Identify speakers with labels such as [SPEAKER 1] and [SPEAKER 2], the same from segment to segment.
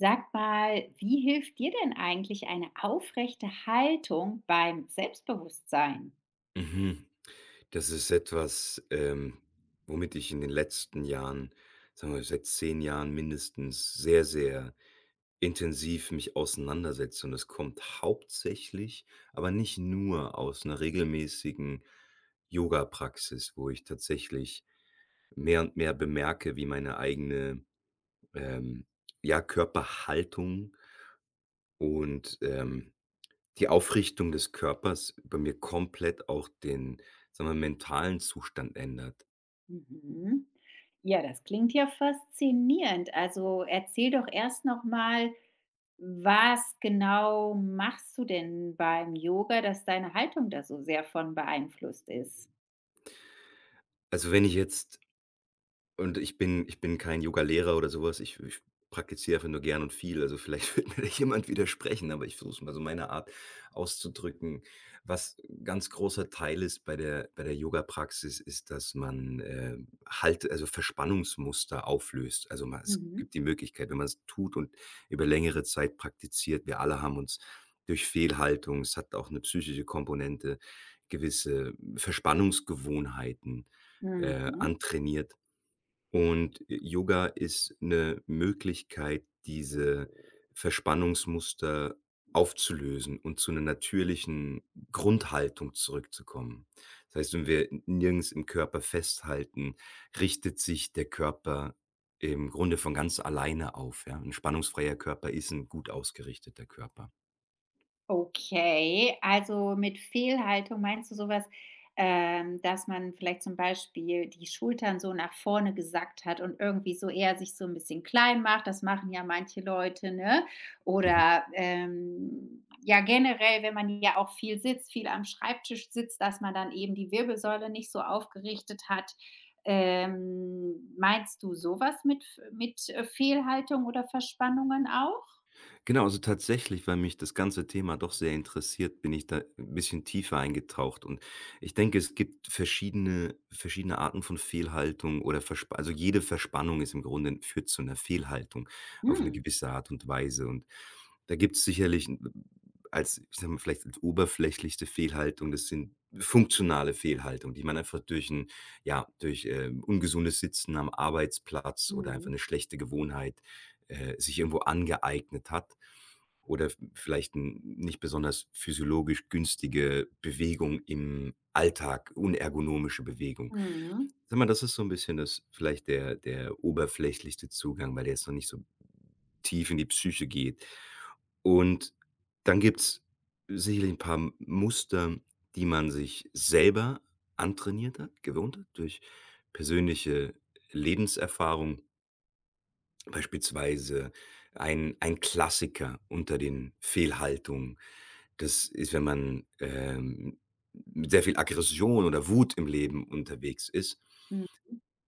[SPEAKER 1] Sag mal, wie hilft dir denn eigentlich eine aufrechte Haltung beim Selbstbewusstsein?
[SPEAKER 2] Mhm. Das ist etwas, womit ich in den letzten Jahren, sagen wir seit 10 Jahren mindestens, sehr, sehr intensiv mich auseinandersetze. Und das kommt hauptsächlich, aber nicht nur aus einer regelmäßigen Yoga Praxis, wo ich tatsächlich mehr und mehr bemerke, wie meine eigene, ähm, ja, Körperhaltung und, die Aufrichtung des Körpers bei mir komplett auch den, sagen wir, mentalen Zustand ändert.
[SPEAKER 1] Mhm. Ja, das klingt ja faszinierend. Also erzähl doch erst noch mal, was genau machst du denn beim Yoga, dass deine Haltung da so sehr von beeinflusst ist?
[SPEAKER 2] Also, wenn ich jetzt Und ich bin kein Yoga-Lehrer oder sowas. Ich praktiziere einfach nur gern und viel. Also, vielleicht wird mir da jemand widersprechen, aber ich versuche es mal so meiner Art auszudrücken. Was 'n ganz großer Teil ist bei der Yoga-Praxis ist, dass man, also Verspannungsmuster auflöst. Also, ma es
[SPEAKER 1] Mhm.
[SPEAKER 2] gibt die Möglichkeit, wenn man es tut und über längere Zeit praktiziert. Wir alle haben uns durch Fehlhaltung, es hat auch eine psychische Komponente, gewisse Verspannungsgewohnheiten,
[SPEAKER 1] Mhm.
[SPEAKER 2] antrainiert. Und Yoga ist eine Möglichkeit, diese Verspannungsmuster aufzulösen und zu einer natürlichen Grundhaltung zurückzukommen. Das heißt, wenn wir nirgends im Körper festhalten, richtet sich der Körper im Grunde von ganz alleine auf, ja. 'N spannungsfreier Körper ist ein gut ausgerichteter Körper.
[SPEAKER 1] Okay, also mit Fehlhaltung meinst du sowas, dass man vielleicht zum Beispiel die Schultern so nach vorne gesackt hat und irgendwie so eher sich so ein bisschen klein macht? Das machen ja manche Leute, ne?
[SPEAKER 2] Mhm.
[SPEAKER 1] Oder, ja, generell, wenn man ja auch viel sitzt, viel am Schreibtisch sitzt, dass man dann eben die Wirbelsäule nicht so aufgerichtet hat. Meinst du sowas mit mit Fehlhaltung oder Verspannungen auch?
[SPEAKER 2] Genau, also tatsächlich, weil mich das ganze Thema doch sehr interessiert, bin ich da ein bisschen tiefer eingetaucht, und ich denke, es gibt verschiedene Arten von Fehlhaltung oder Versp also jede Verspannung ist im Grunde führt zu einer Fehlhaltung auf eine
[SPEAKER 1] Hm,
[SPEAKER 2] gewisse Art und Weise. Und da gibt es sicherlich als ich sage mal, vielleicht als oberflächlichste Fehlhaltung, das sind funktionale Fehlhaltungen, die man einfach durch ein ja, durch, ungesundes Sitzen am Arbeitsplatz oder einfach
[SPEAKER 1] mhm,
[SPEAKER 2] eine schlechte Gewohnheit sich irgendwo angeeignet hat oder v vielleicht 'n nicht besonders physiologisch günstige Bewegung im Alltag, unergonomische Bewegung.
[SPEAKER 1] mhm,
[SPEAKER 2] Sag mal, das ist so ein bisschen das vielleicht der oberflächlichste Zugang, weil der jetzt noch nicht so tief in die Psyche geht. Und dann gibt es sicherlich ein paar M Muster, die man sich selber antrainiert hat, gewohnt hat durch persönliche Lebenserfahrung. Beispielsweise ein Klassiker unter den Fehlhaltungen, das ist, wenn man, mit sehr viel Aggression oder Wut im Leben unterwegs ist,
[SPEAKER 1] mhm.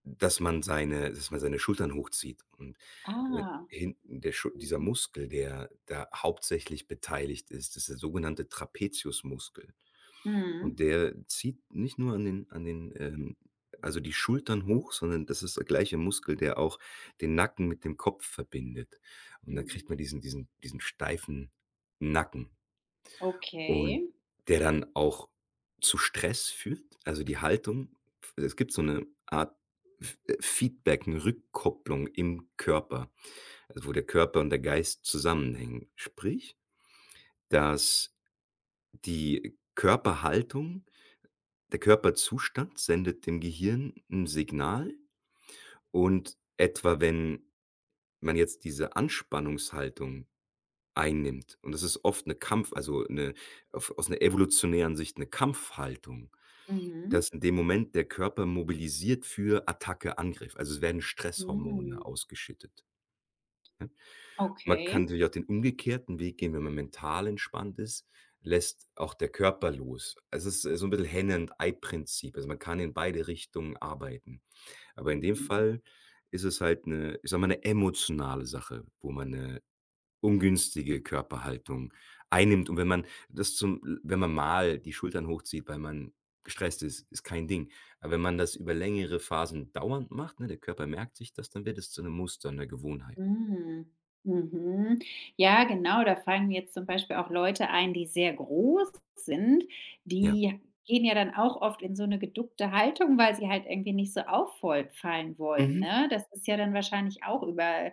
[SPEAKER 2] dass man seine Schultern hochzieht und äh,
[SPEAKER 1] Ah.
[SPEAKER 2] hinten der Schul dieser
[SPEAKER 1] Mhm.
[SPEAKER 2] Muskel, der da hauptsächlich beteiligt ist, ist der sogenannte Trapeziusmuskel. Und
[SPEAKER 1] Mhm.
[SPEAKER 2] der zieht nicht nur an den also die Schultern hoch, sondern das ist der gleiche Muskel, der auch den Nacken mit dem Kopf verbindet. Und dann kriegt
[SPEAKER 1] Mhm.
[SPEAKER 2] man diesen steifen Nacken, und
[SPEAKER 1] Okay.
[SPEAKER 2] der dann auch zu Stress führt. Also die Haltung, es gibt so eine Art F Feedback, eine Rückkopplung im Körper, also wo der Körper und der Geist zusammenhängen. Sprich, dass die Körperhaltung der Körperzustand sendet dem Gehirn ein Signal und etwa wenn man jetzt diese Anspannungshaltung einnimmt, und das ist oft 'ne Kampf also 'ne auf aus 'ner evolutionären Sicht 'ne Kampfhaltung,
[SPEAKER 1] Mhm.
[SPEAKER 2] dass in dem Moment der Körper mobilisiert für Attacke, Angriff. Also, es werden Stresshormone
[SPEAKER 1] Mhm.
[SPEAKER 2] ausgeschüttet. Man kann
[SPEAKER 1] Okay.
[SPEAKER 2] natürlich auch den umgekehrten Weg gehen. Wenn man mental entspannt ist, lässt auch der Körper los. Es ist so 'n bisschen Henne und Ei-Prinzip. Also, man kann in beide Richtungen arbeiten. Aber in dem
[SPEAKER 1] Mhm.
[SPEAKER 2] Fall ist es halt eine, ich sag mal, eine emotionale Sache, wo man eine ungünstige Körperhaltung einnimmt. Und wenn man das zum wenn man mal die Schultern hochzieht, weil man gestresst ist, ist kein Ding. Aber wenn man das über längere Phasen dauernd macht, ne, der Körper merkt sich das, dann wird es zu einem Muster, einer Gewohnheit.
[SPEAKER 1] Mhm. Mhm. Ja, genau, da fallen mir jetzt zum Beispiel auch Leute ein, die sehr groß sind.
[SPEAKER 2] Ja.
[SPEAKER 1] Die gehen ja dann auch oft in so 'ne geduckte Haltung, weil sie halt irgendwie nicht so auffol fallen wollen,
[SPEAKER 2] Mhm.
[SPEAKER 1] ne? Das ist ja dann wahrscheinlich auch über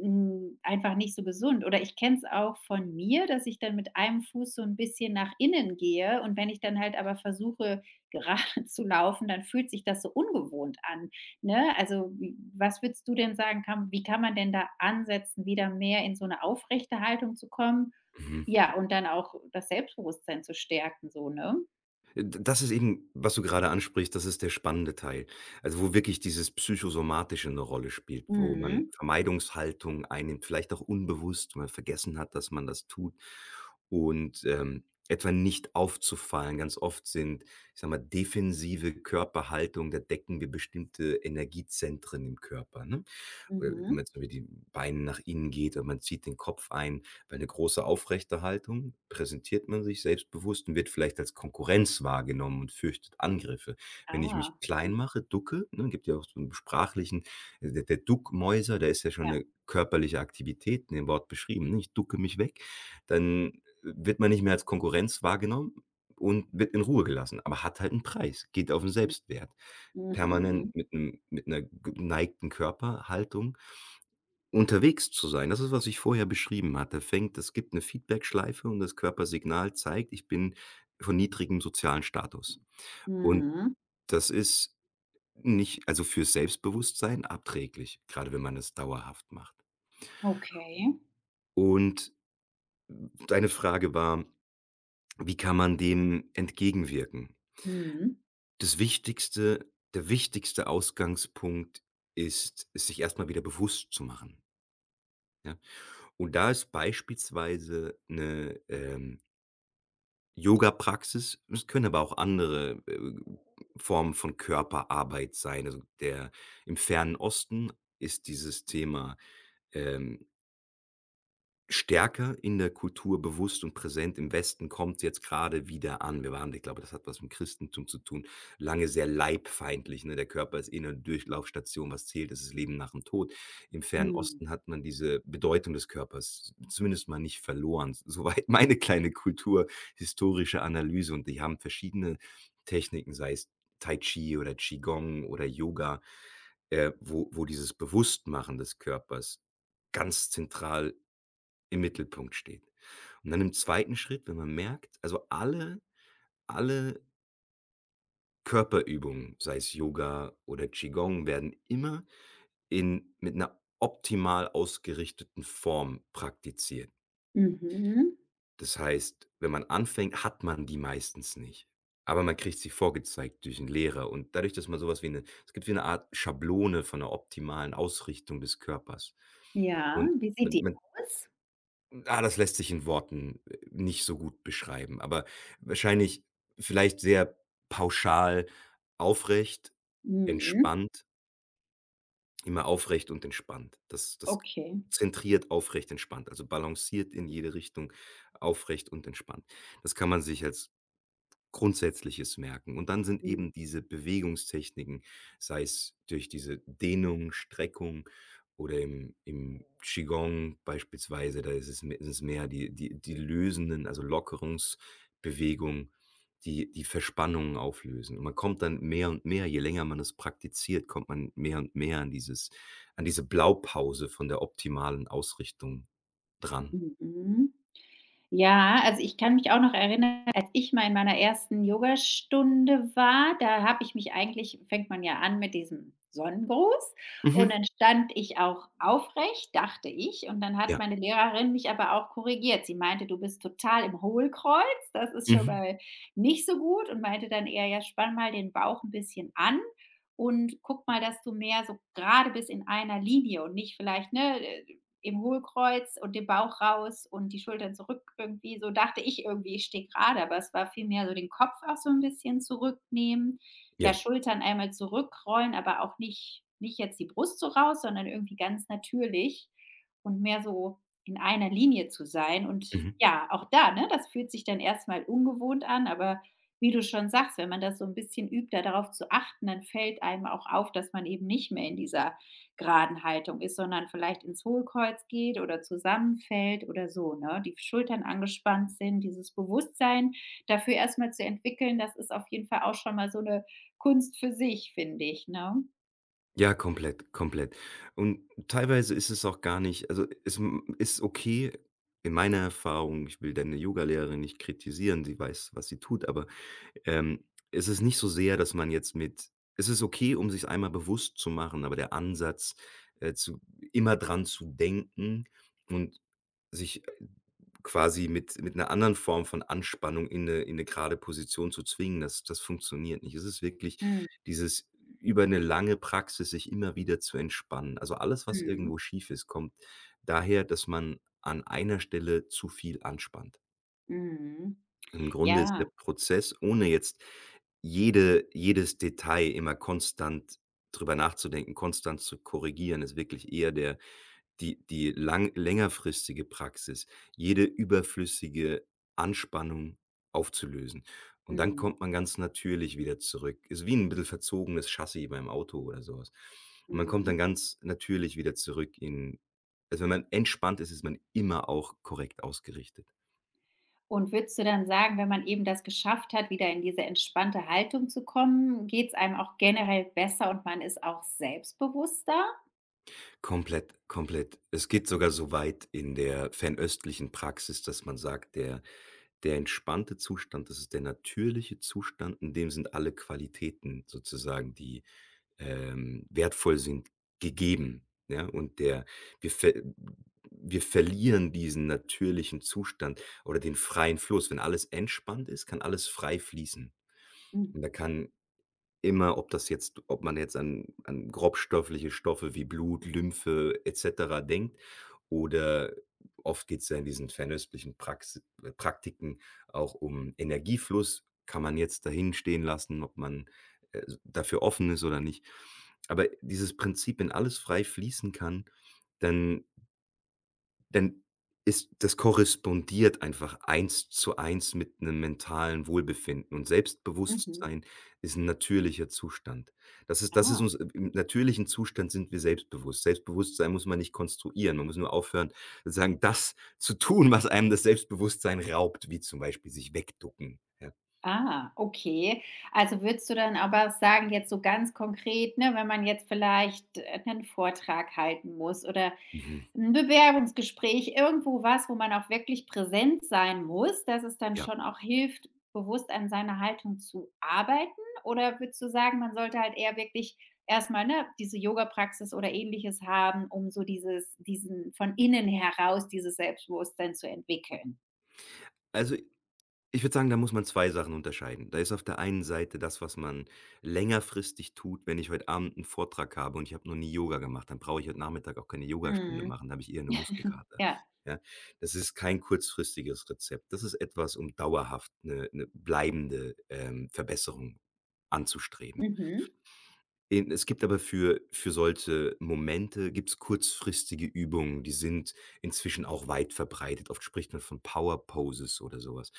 [SPEAKER 1] Hm, einfach nicht so gesund. Oder ich kenne es auch von mir, dass ich dann mit einem Fuß so ein bisschen nach innen gehe und wenn ich dann halt aber versuche, gerade zu laufen, dann fühlt sich das so ungewohnt an, ne? Also, wie was würdest du denn sagen, kann wie kann man denn da ansetzen, wieder mehr in so eine aufrechte Haltung zu kommen?
[SPEAKER 2] Mhm.
[SPEAKER 1] Ja, und dann auch das Selbstbewusstsein zu stärken so, ne?
[SPEAKER 2] D das ist eben, was du gerade ansprichst, das ist der spannende Teil. Also, wo wirklich dieses Psychosomatische eine Rolle spielt, wo man
[SPEAKER 1] Mhm.
[SPEAKER 2] Vermeidungshaltung einnimmt, vielleicht auch unbewusst, man vergessen hat, dass man das tut, und, etwa nicht aufzufallen. Ganz oft sind, ich sage mal, defensive Körperhaltung, da decken wir bestimmte Energiezentren im Körper, ne? Wenn man
[SPEAKER 1] Mhm.
[SPEAKER 2] so mit den Beinen nach innen geht und man zieht den Kopf ein. Bei 'ne große aufrechte Haltung präsentiert man sich selbstbewusst und wird vielleicht als Konkurrenz wahrgenommen und fürchtet Angriffe. Wenn ich mich
[SPEAKER 1] Ah.
[SPEAKER 2] klein
[SPEAKER 1] Mhm.
[SPEAKER 2] mache, ducke, ne, gibt ja auch so einen sprachlichen der Duckmäuser, da ist ja schon
[SPEAKER 1] Ja.
[SPEAKER 2] eine körperliche Aktivität in dem Wort beschrieben, ne? Ich ducke mich weg, dann wird man nicht mehr als Konkurrenz wahrgenommen und wird in Ruhe gelassen, aber hat halt einen Preis, geht auf den Selbstwert.
[SPEAKER 1] Mhm.
[SPEAKER 2] Permanent
[SPEAKER 1] Mhm.
[SPEAKER 2] mit einem mit einer geneigten Körperhaltung unterwegs zu sein, das ist, was ich vorher beschrieben hatte, fängt es gibt 'ne Feedbackschleife, und das Körpersignal zeigt, ich bin von niedrigem sozialen Status. Und
[SPEAKER 1] Mhm.
[SPEAKER 2] das ist nicht, also, fürs Selbstbewusstsein abträglich, grade wenn man es dauerhaft macht.
[SPEAKER 1] Okay.
[SPEAKER 2] Und deine Frage war: „Wie kann man dem entgegenwirken?“
[SPEAKER 1] Mhm.
[SPEAKER 2] Das Wichtigste, der wichtigste Ausgangspunkt ist, es sich erst mal wieder bewusst zu machen, ja? Und da ist beispielsweise 'ne, Yoga-Praxis, es können aber auch andere, Formen von Körperarbeit sein. Also, der im Fernen Osten, ist dieses Thema, ähm Stärker in der Kultur bewusst und präsent. Im Westen kommt jetzt gerade wieder an. Wir waren, ich glaube, das hat was mit Christentum zu tun, lange sehr leibfeindlich, ne? Der Körper ist eh eine Durchlaufstation. Was zählt, ist das Leben nach dem Tod. Im Fernen
[SPEAKER 1] Mhm.
[SPEAKER 2] Osten hat man diese Bedeutung des Körpers zumindest mal nicht verloren, soweit meine kleine kulturhistorische Analyse, und die haben verschiedene Techniken, sei es Tai Chi oder Qigong oder Yoga, wo dieses Bewusstmachen des Körpers ganz zentral im Mittelpunkt steht. Und dann im zweiten Schritt, wenn man merkt, also alle Körperübungen, sei es Yoga oder Qigong, werden immer in mit einer optimal ausgerichteten Form praktiziert.
[SPEAKER 1] Mhm.
[SPEAKER 2] Das heißt, wenn man anfängt, hat man die meistens nicht, aber man kriegt sie vorgezeigt durch 'n Lehrer, und dadurch, dass man sowas wie eine es gibt wie eine Art Schablone von einer optimalen Ausrichtung des Körpers
[SPEAKER 1] Ja,
[SPEAKER 2] und
[SPEAKER 1] wie sieht
[SPEAKER 2] man
[SPEAKER 1] die
[SPEAKER 2] man
[SPEAKER 1] aus?
[SPEAKER 2] Ah, das lässt sich in Worten nicht so gut beschreiben, aber wahrscheinlich, vielleicht sehr pauschal: aufrecht,
[SPEAKER 1] Mhm.
[SPEAKER 2] entspannt, immer aufrecht und entspannt. Das
[SPEAKER 1] Okay.
[SPEAKER 2] zentriert, aufrecht, entspannt, also balanciert in jede Richtung, aufrecht und entspannt. Das kann man sich als Grundsätzliches merken. Und dann sind
[SPEAKER 1] Mhm.
[SPEAKER 2] eben diese Bewegungstechniken, sei es durch diese Dehnung, Streckung, oder im Qigong beispielsweise, da ist es m ist es mehr die lösenden, also Lockerungsbewegungen, die die Verspannungen auflösen. Und man kommt dann mehr und mehr, je länger man es praktiziert, kommt man mehr und mehr an diese Blaupause von der optimalen Ausrichtung dran.
[SPEAKER 1] Mhm. Ja, also ich kann mich auch noch erinnern, als ich mal in meiner ersten Yogastunde war, da habe ich mich eigentlich fängt man ja an mit diesem Sonnengruß und
[SPEAKER 2] Mhm.
[SPEAKER 1] dann stand ich auch aufrecht, dachte ich, und dann hat
[SPEAKER 2] Ja.
[SPEAKER 1] meine Lehrerin mich aber auch korrigiert. Sie meinte: „Du bist total im Hohlkreuz, das ist schon
[SPEAKER 2] Mhm.
[SPEAKER 1] mal nicht so gut“ und meinte dann eher: „Ja, spann mal den Bauch ein bisschen an und guck mal, dass du mehr so gerade bist in einer Linie und nicht vielleicht, ne, im Hohlkreuz und den Bauch raus und die Schultern zurück irgendwie. So dachte ich irgendwie, ich stehe gerade, aber es war vielmehr so den Kopf auch so ein bisschen zurücknehmen. Ja,
[SPEAKER 2] Ja.
[SPEAKER 1] Schultern einmal zurückrollen, aber auch nicht jetzt die Brust so raus, sondern irgendwie ganz natürlich und mehr so in einer Linie zu sein. Und
[SPEAKER 2] Mhm.
[SPEAKER 1] ja, auch da, ne, das fühlt sich dann erstmal ungewohnt an, aber wie du schon sagst, wenn man das so ein bisschen übt, da darauf zu achten, dann fällt einem auch auf, dass man eben nicht mehr in dieser geraden Haltung ist, sondern vielleicht ins Hohlkreuz geht oder zusammenfällt oder so, ne? Die Schultern angespannt sind, dieses Bewusstsein dafür erstmal zu entwickeln, das ist auf jeden Fall auch schon mal so eine Kunst für sich, finde ich, ne?
[SPEAKER 2] Ja, komplett, komplett. Und teilweise ist es auch gar nicht, also, es m ist okay in meiner Erfahrung, ich will deine Yogalehrerin nicht kritisieren, sie weiß, was sie tut, aber, ähm, es ist nicht so sehr, dass man jetzt mit es ist okay, um sich einmal bewusst zu machen, aber der Ansatz, zu immer dran zu denken und sich quasi mit einer anderen Form von Anspannung in eine gerade Position zu zwingen, das funktioniert nicht. Es ist wirklich
[SPEAKER 1] Mhm,
[SPEAKER 2] dieses, über eine lange Praxis sich immer wieder zu entspannen. Also, alles, was
[SPEAKER 1] mhm,
[SPEAKER 2] irgendwo schief ist, kommt daher, dass man an einer Stelle zu viel anspannt.
[SPEAKER 1] mhm.
[SPEAKER 2] Und im Grunde ist der
[SPEAKER 1] Ja,
[SPEAKER 2] Prozess, ohne jetzt jedes Detail immer konstant drüber nachzudenken, konstant zu korrigieren, ist wirklich eher der, die die lang längerfristige Praxis, jede überflüssige Anspannung aufzulösen. Und dann
[SPEAKER 1] mhm,
[SPEAKER 2] kommt man ganz natürlich wieder zurück. Ist wie ein bisschen verzogenes Chassis beim Auto oder sowas. Und man kommt
[SPEAKER 1] mhm.
[SPEAKER 2] dann ganz natürlich wieder zurück in, also, wenn man entspannt ist, ist man immer auch korrekt ausgerichtet.
[SPEAKER 1] Und würdest du dann sagen, wenn man eben das geschafft hat, wieder in diese entspannte Haltung zu kommen, geht es einem auch generell besser und man ist auch selbstbewusster?
[SPEAKER 2] Komplett, komplett. Es geht sogar so weit in der fernöstlichen Praxis, dass man sagt, der entspannte Zustand, das ist der natürliche Zustand, in dem sind alle Qualitäten sozusagen, die, wertvoll sind, gegeben, ja? Und der, wir ver wir verlieren diesen natürlichen Zustand oder den freien Fluss. Wenn alles entspannt ist, kann alles frei fließen. Und da
[SPEAKER 1] Mhm,
[SPEAKER 2] kann, immer, ob das jetzt, ob man jetzt an grobstoffliche Stoffe wie Blut, Lymphe et cetera denkt oder, oft geht es ja in diesen fernöstlichen Praxi Praktiken auch um Energiefluss. Kann man jetzt dahin stehen lassen, ob man äh, dafür offen ist oder nicht. Aber dieses Prinzip, wenn alles frei fließen kann, dann denn ist das korrespondiert einfach eins zu eins mit einem mentalen Wohlbefinden, und
[SPEAKER 1] mhm.
[SPEAKER 2] Selbstbewusstsein ist ein natürlicher Zustand. Das ist
[SPEAKER 1] Ah.
[SPEAKER 2] Uns, im natürlichen Zustand sind wir selbstbewusst. Selbstbewusstsein muss man nicht konstruieren. Man muss nur aufhören, sozusagen das zu tun, was einem das Selbstbewusstsein raubt, wie zum Beispiel sich wegducken, ja.
[SPEAKER 1] Ah, okay. Also würdest du dann aber sagen, jetzt so ganz konkret, ne, wenn man jetzt vielleicht 'nen Vortrag halten muss oder
[SPEAKER 2] Mhm.
[SPEAKER 1] ein Bewerbungsgespräch, irgendwo was, wo man auch wirklich präsent sein muss, dass es dann
[SPEAKER 2] Ja.
[SPEAKER 1] schon auch hilft, bewusst an seiner Haltung zu arbeiten? Oder würdest du sagen, man sollte halt eher wirklich erstmal ne, diese Yoga-Praxis oder Ähnliches haben, um so dieses diesen von innen heraus dieses Selbstbewusstsein zu entwickeln?
[SPEAKER 2] Also, ich würde sagen, da muss man 2 Sachen unterscheiden. Da ist auf der einen Seite das, was man längerfristig tut. Wenn ich heute Abend einen Vortrag habe und ich habe noch nie Yoga gemacht, dann brauche ich heute Nachmittag auch keine Yogastunde
[SPEAKER 1] Mhm.
[SPEAKER 2] machen, da habe ich eher 'ne Muskelkater,
[SPEAKER 1] Ja.
[SPEAKER 2] ja? Das ist kein kurzfristiges Rezept. Das ist etwas, um dauerhaft eine bleibende, Verbesserung anzustreben.
[SPEAKER 1] Mhm.
[SPEAKER 2] Eben, es gibt aber für solche Momente gibt's kurzfristige Übungen, die sind inzwischen auch weit verbreitet. Oft spricht man von Power Poses oder sowas.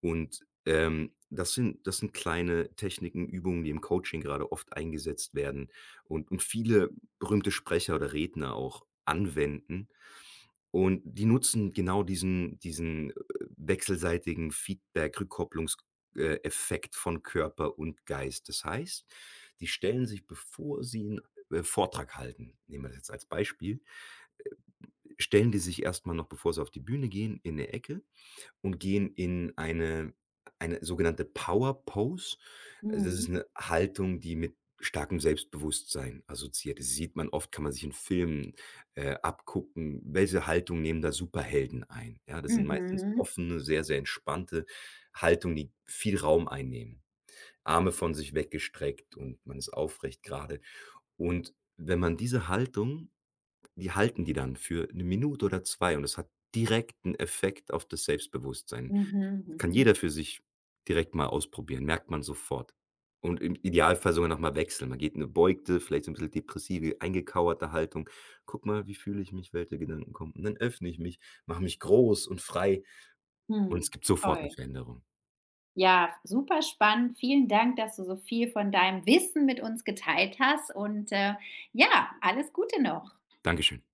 [SPEAKER 2] Und, das sind, kleine Techniken, Übungen, die im Coaching gerade oft eingesetzt werden und viele berühmte Sprecher oder Redner auch anwenden, und die nutzen genau diesen wechselseitigen Feedback, Rückkopplungs äh, von Körper und Geist. Das heißt, die stellen sich, bevor sie einen Vortrag halten, nehmen wir das jetzt als Beispiel, äh, stellen die sich erst mal noch, bevor sie auf die Bühne gehen, in 'ne Ecke und gehen in eine sogenannte Power Pose. Also, das ist
[SPEAKER 1] Mhm.
[SPEAKER 2] eine Haltung, die mit starkem Selbstbewusstsein assoziiert ist. Sieht man oft Kann man sich in Filmen, abgucken, welche Haltung nehmen da Superhelden ein. Ja, das sind meistens
[SPEAKER 1] Mhm.
[SPEAKER 2] offene, sehr, sehr entspannte Haltungen, die viel Raum einnehmen. Arme von sich weggestreckt und man ist aufrecht gerade. Und wenn man diese Haltung, die halten die dann für 1 Minute oder 2, und das hat direkten Effekt auf das Selbstbewusstsein,
[SPEAKER 1] Mhm,
[SPEAKER 2] kann
[SPEAKER 1] mhm.
[SPEAKER 2] jeder für sich direkt mal ausprobieren, merkt man sofort. Und im Idealfall sogar noch mal wechseln. Man geht in 'ne beugte, vielleicht so ein bisschen depressive, eingekauerte Haltung. „Guck mal, wie fühle ich mich, welche Gedanken kommen?“ Und dann öffne ich mich, mache mich groß und frei, und
[SPEAKER 1] Hm,
[SPEAKER 2] es gibt sofort eine
[SPEAKER 1] toll.
[SPEAKER 2] Veränderung.
[SPEAKER 1] Ja, super spannend. Vielen Dank, dass du so viel von deinem Wissen mit uns geteilt hast und, ja, alles Gute noch.
[SPEAKER 2] Dankeschön.